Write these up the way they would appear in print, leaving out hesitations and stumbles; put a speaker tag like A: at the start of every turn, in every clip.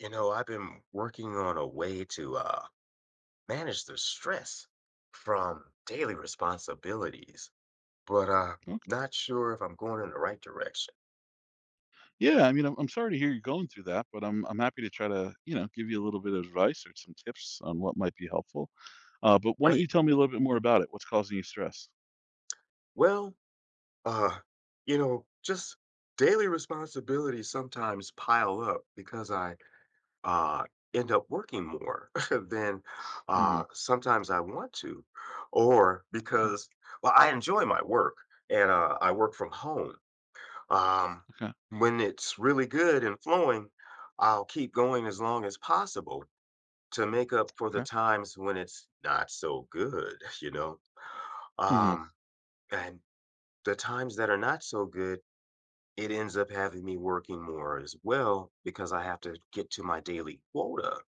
A: You know, I've been working on a way to manage the stress from daily responsibilities, but
B: Well,
A: not sure if I'm going in the right direction.
B: yeah, I mean, I'm sorry to hear you're going through that, but I'm happy to try to, you know, give you a little bit of advice or some tips on what might be helpful. But why don't
A: Right.
B: you tell me a little bit more about it? What's causing you stress?
A: Well, uh, just daily responsibilities sometimes pile up because I uh, end up working more than
B: Hmm.
A: sometimes I want to, or
B: Okay.
A: because, well, I enjoy my work and I work from home. Um,
B: Okay.
A: when it's really good and flowing, I'll keep going as long as possible to make up for the
B: Okay.
A: times when it's not so good, you know?
B: Hmm.
A: Um, and the times that are not so good, it ends up having me working more as well because I have to get to my daily quota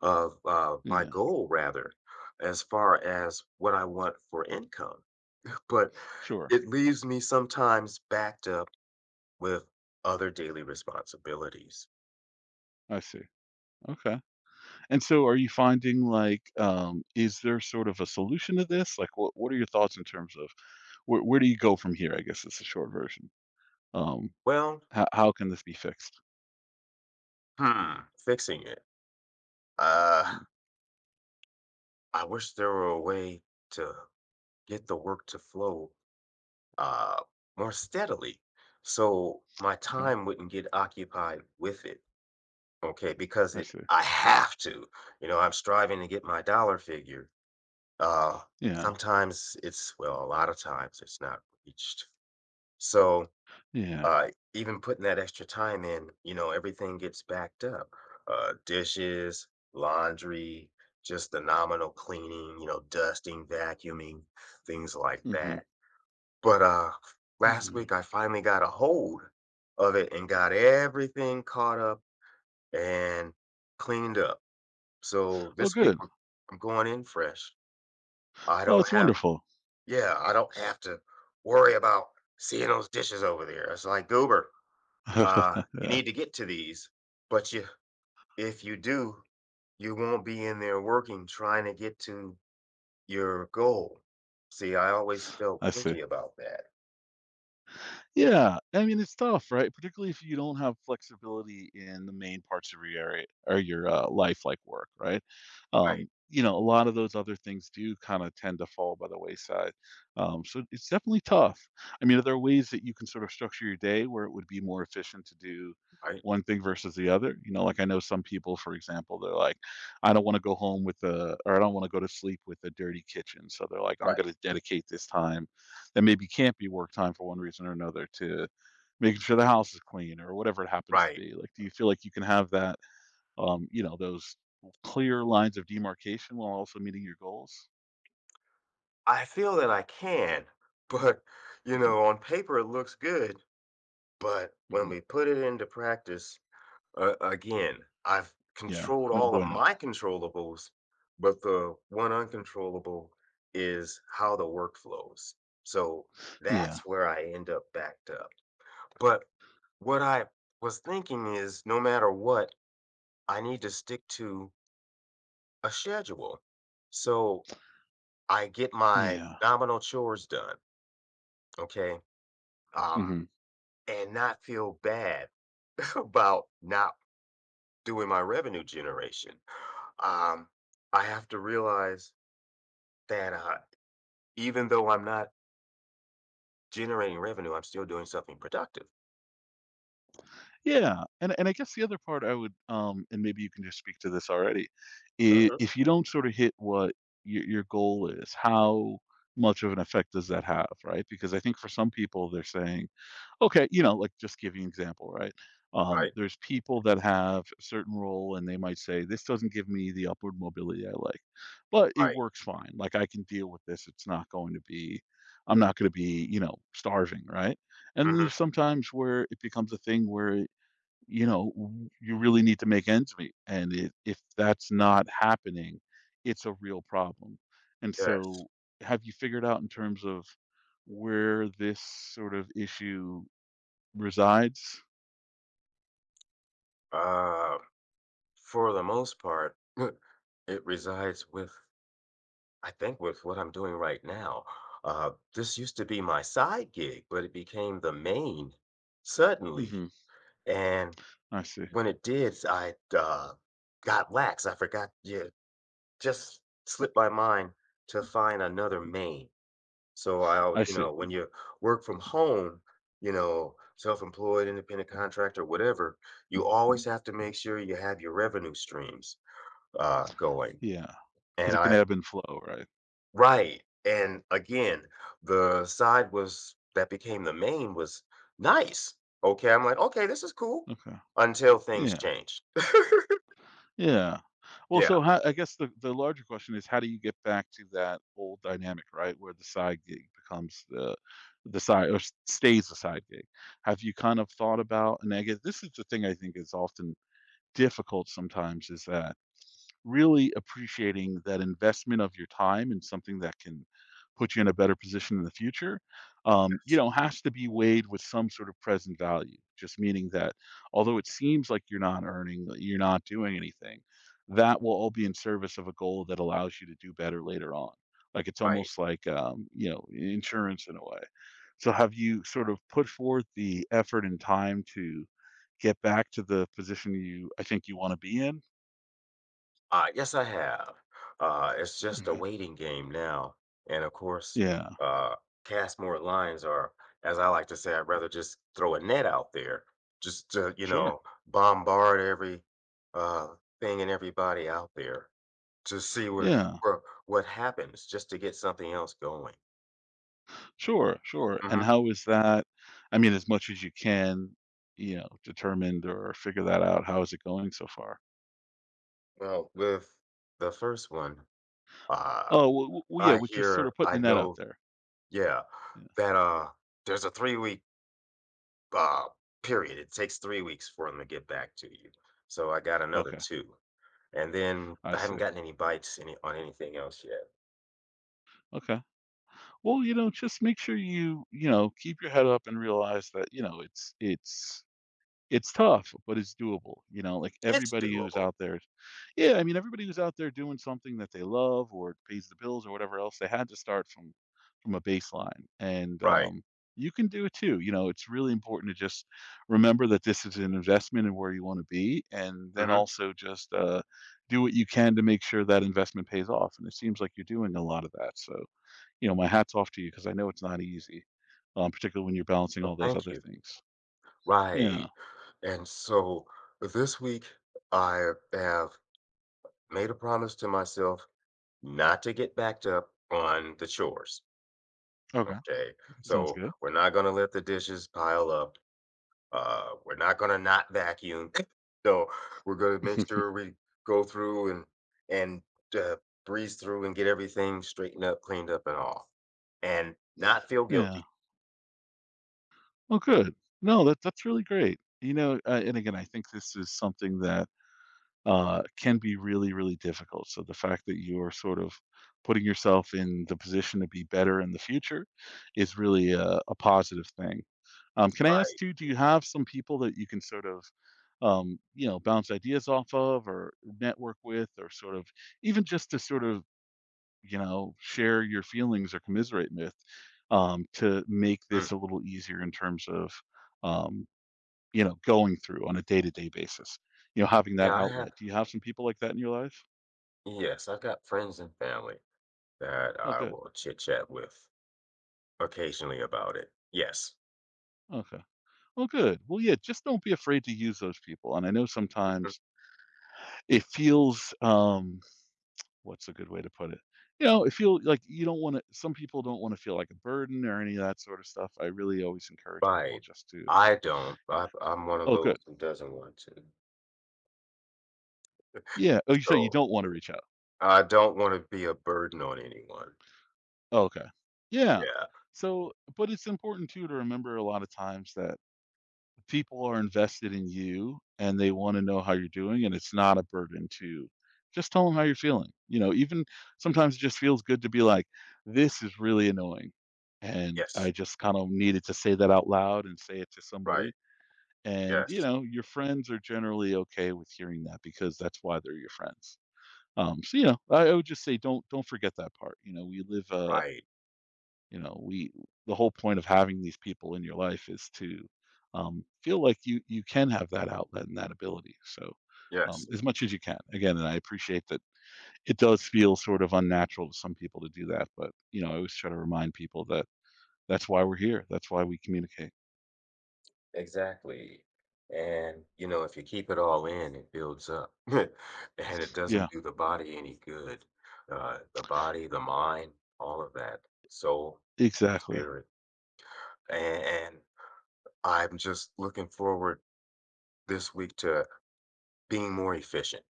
A: of my
B: Yeah.
A: goal, rather, as far as what I want for income. But
B: Sure.
A: it leaves me sometimes backed up with other daily responsibilities.
B: I see. Okay. And so, are you finding like, is there sort of a solution to this? Like, what are your thoughts in terms of where do you go from here? I guess it's a short version. Um,
A: Well,
B: how how can this be fixed?
A: hmm, fixing it. Uh,
B: Mhm.
A: I wish there were a way to get the work to flow uh, more steadily so my
B: Okay.
A: time wouldn't get occupied with it. Okay, because
B: I
A: it
B: see.
A: I have to. You know, I'm striving to get my dollar figure. Uh,
B: Yeah.
A: Sometimes it's, well, a lot of times it's not reached. So
B: Yeah.
A: Uh, even putting that extra time in, you know, everything gets backed up. Dishes, laundry, just the nominal cleaning, you know, dusting, vacuuming, things like
B: Hmm.
A: that. But last
B: Yeah.
A: week I finally got a hold of it and got everything caught up and cleaned up. So
B: Oh,
A: this week
B: good.
A: I'm going in fresh. I
B: Oh,
A: don't
B: it's
A: have,
B: wonderful.
A: yeah, I don't have to worry about seeing those dishes over there. It's like goober. Uh, you
B: Yeah,
A: need to get to these, but you, if you do, you won't be in there working trying to get to your goal. See, I always felt
B: I see.
A: guilty about that.
B: Yeah, I mean, it's tough, right? Particularly if you don't have flexibility in the main parts of your area or your life, like work, right?
A: Right,
B: You know, a lot of those other things do kind of tend to fall by the wayside. So it's definitely tough. I mean, are there ways that you can sort of structure your day where it would be more efficient to do
A: right,
B: one thing versus the other? You know, like I know some people, for example, they're like, I don't want to go home with a, or I don't want to go to sleep with a dirty kitchen. So they're like, I'm
A: right,
B: going to dedicate this time that maybe can't be work time for one reason or another to making sure the house is clean or whatever it happens to
A: right.
B: be, like, do you feel like you can have that, um, you know, those clear lines of demarcation while also meeting your goals?
A: I feel that I can, but you
B: Hmm.
A: know, on paper it looks good, but when
B: Hmm.
A: we put it into practice, again, I've
B: Yeah,
A: controlled
B: no
A: all of
B: bueno.
A: my controllables, but the one uncontrollable is how the work flows. So
B: Yeah.
A: that's where I end up backed up. But what I was thinking is no matter what, I need to stick to a schedule. So I get my
B: Yeah.
A: nominal chores done, okay? Um,
B: Hmm.
A: and not feel bad about not doing my revenue generation. Um, I have to realize that even though I'm not generating revenue, I'm still doing something productive.
B: Yeah, and I guess the other part I would, um, and maybe you can just speak to this already,
A: Mhm.
B: if you don't sort of hit what your goal is, how much of an effect does that have, right? Because I think for some people they're saying, okay, you know, like, just give you an example, right?
A: Right.
B: There's people that have a certain role and they might say, "This doesn't give me the upward mobility I like, but it
A: Right.
B: works fine. Like, I can deal with this. It's not going to be I'm not gonna be, you know, starving," right? And there's
A: Hmm.
B: sometimes where it becomes a thing where, you know, w you really need to make ends meet, and I if that's not happening, it's a real problem. And
A: Yes.
B: so, have you figured out in terms of where this sort of issue resides?
A: Uh, for the most part, it resides with, I think, with what I'm doing right now. This used to be my side gig, but it became the main suddenly.
B: Mhm.
A: And
B: I see.
A: when it did, I got lax. I forgot. Yeah, just slipped my mind to find another main. So I'll,
B: I
A: you
B: see.
A: know, when you work from home, you know, self-employed, independent contractor, whatever, you always have to make sure you have your revenue streams going.
B: Yeah, because
A: And
B: it can
A: I,
B: ebb and flow, right?
A: right. And again, the side was that became the main was nice. Okay. I'm like, okay, this is cool
B: Okay.
A: until things
B: Yeah.
A: changed.
B: Yeah. Well,
A: Yeah.
B: so how, I guess the larger question is, how do you get back to that old dynamic, right, where the side gig becomes the side or s stays the side gig? Have you kind of thought about, and I guess this is the thing I think is often difficult sometimes, is that really appreciating that investment of your time in something that can put you in a better position in the future, you know, has to be weighed with some sort of present value. Just meaning that although it seems like you're not earning, that you're not doing anything, that will all be in service of a goal that allows you to do better later on. Like it's
A: Right.
B: almost like, you know, insurance in a way. So have you sort of put forth the effort and time to get back to the position you, I think, you want to be in?
A: Yes, I have. It's just a
B: Yeah.
A: waiting game now. And of course,
B: Yeah.
A: uh, cast more lines, or as I like to say, I'd rather just throw a net out there, just to, you
B: Sure.
A: know, bombard every uh, thing and everybody out there to see what
B: Yeah.
A: what, what happens, just to get something else going.
B: Sure, sure. And
A: Hmm.
B: how is that, I mean, as much as you can, you know, determined or figure that out, how is it going so far?
A: Well, with the first one, uh,
B: Oh, w well, yeah,
A: I
B: we're just sort
A: hear,
B: of putting
A: I
B: the net out
A: know,
B: there.
A: yeah,
B: Yeah.
A: that there's a 3-week uh, period. It takes 3 weeks for them to get back to you. So I got another
B: Okay.
A: two. And then
B: I
A: I haven't
B: see.
A: gotten any bites any on anything else yet.
B: Okay. Well, you know, just make sure you, you know, keep your head up and realize that, you know, it's it's tough, but it's doable, you know, like,
A: It's
B: everybody who's
A: doable.
B: out there, yeah, I mean, everybody who's out there doing something that they love or pays the bills or whatever else, they had to start from a baseline, and,
A: Right.
B: you can do it too, you know, it's really important to just remember that this is an investment in where you wanna be, and then
A: Hmm.
B: also just, do what you can to make sure that investment pays off, and it seems like you're doing a lot of that, so, you know, my hat's off to you because I know it's not easy, particularly when you're balancing
A: Well,
B: all those
A: thank
B: other
A: you.
B: things. Yeah,
A: Right. And so this week I have made a promise to myself not to get backed up on the chores.
B: okay,
A: Okay.
B: sounds
A: So
B: good.
A: we're not going to let the dishes pile up. We're not gonna not vacuum. So we're gonna make sure we go through and uh, breeze through and get everything straightened up, cleaned up, and all, and not feel
B: Yeah.
A: guilty.
B: Oh, good. No, that that's really great. You know, And again, I think this is something that can be really, really difficult. So the fact that you are sort of putting yourself in the position to be better in the future is really a positive thing. Can I ask
A: Right?
B: you, do you have some people that you can sort of, you know, bounce ideas off of or network with, or sort of even just to sort of, you know, share your feelings or commiserate with, to make
A: Mm.
B: this a little easier in terms of, um, you know, going through on a day-to-day basis. You know, having that
A: Yeah, I have.
B: outlet. Do you have some people like that in your life?
A: Yes, I've got friends and family that
B: Oh,
A: I
B: good.
A: will chit chat with occasionally about it. Yes.
B: Okay. Well, good. Well, yeah, just don't be afraid to use those people. And I know
A: Mhm.
B: sometimes it feels, what's a good way to put it? You know, it feel like you don't want to, some people don't want to feel like a burden or any of that sort of stuff. I really always encourage people
A: Right.
B: just to,
A: I don't. I'm one of
B: oh,
A: those
B: good.
A: who doesn't want to.
B: Yeah. Oh, you say you
A: So
B: don't want to reach out.
A: I don't want to be a burden on anyone.
B: Okay. Yeah.
A: Yeah.
B: So, but it's important too to remember a lot of times that people are invested in you and they want to know how you're doing, and it's not a burden to just tell them how you're feeling. You know, even sometimes it just feels good to be like, this is really annoying. And I
A: Yes.
B: just kind of needed to say that out loud and say it to
A: Right.
B: somebody. And, you
A: Yes.
B: know, your friends are generally okay with hearing that because that's why they're your friends. So, you know, I would just say don't forget that part. You know, we live
A: Right.
B: you know we the whole point of having these people in your life is to, feel like you can have that outlet and that ability. So,
A: Yes.
B: as much as you can, again, and I appreciate that it does feel sort of unnatural to some people to do that, but you know, I always try to remind people that that's why we're here, that's why we communicate.
A: Exactly. And, you know, if you keep it all in, it builds up and it
B: Yeah,
A: doesn't do the body any good. The body, the mind, all of that, soul,
B: exactly.
A: spirit. And I'm just looking forward this week to being more efficient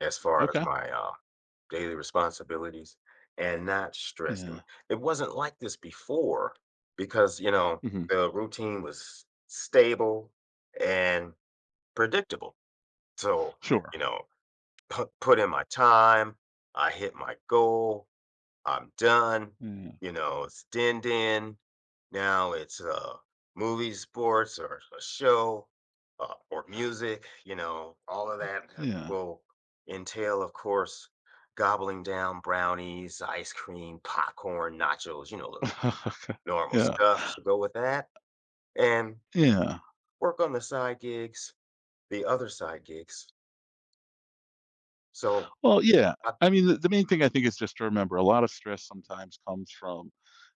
A: as far as
B: Okay.
A: my daily responsibilities and not stressing.
B: Yeah.
A: It wasn't like this before because, you know,
B: Hmm.
A: the routine was stable and predictable. So,
B: Sure.
A: you know, put in my time, I hit my goal, I'm done,
B: Yeah.
A: you know, it's dinned in. Now it's movie, sports, or a show, or music, you know, all of that
B: Yeah.
A: will entail, of course, gobbling down brownies, ice cream, popcorn, nachos, you know, the normal
B: Yeah.
A: stuff to go with that. And
B: Yeah.
A: work on the side gigs, the other side gigs. So
B: Well, yeah,
A: I.
B: I mean, the main thing I think is just to remember a lot of stress sometimes comes from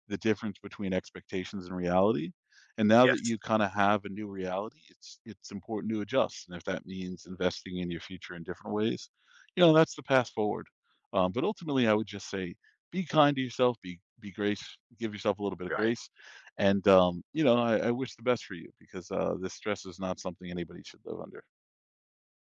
B: the difference between expectations and reality. And now that
A: Yes,
B: you kind of have a new reality, it's important to adjust. And if that means investing in your future in different ways, you know, that's the path forward. But ultimately, I would just say be kind to yourself, be grace, give yourself a little bit of
A: right.
B: grace. And you know, I wish the best for you because this stress is not something anybody should live under.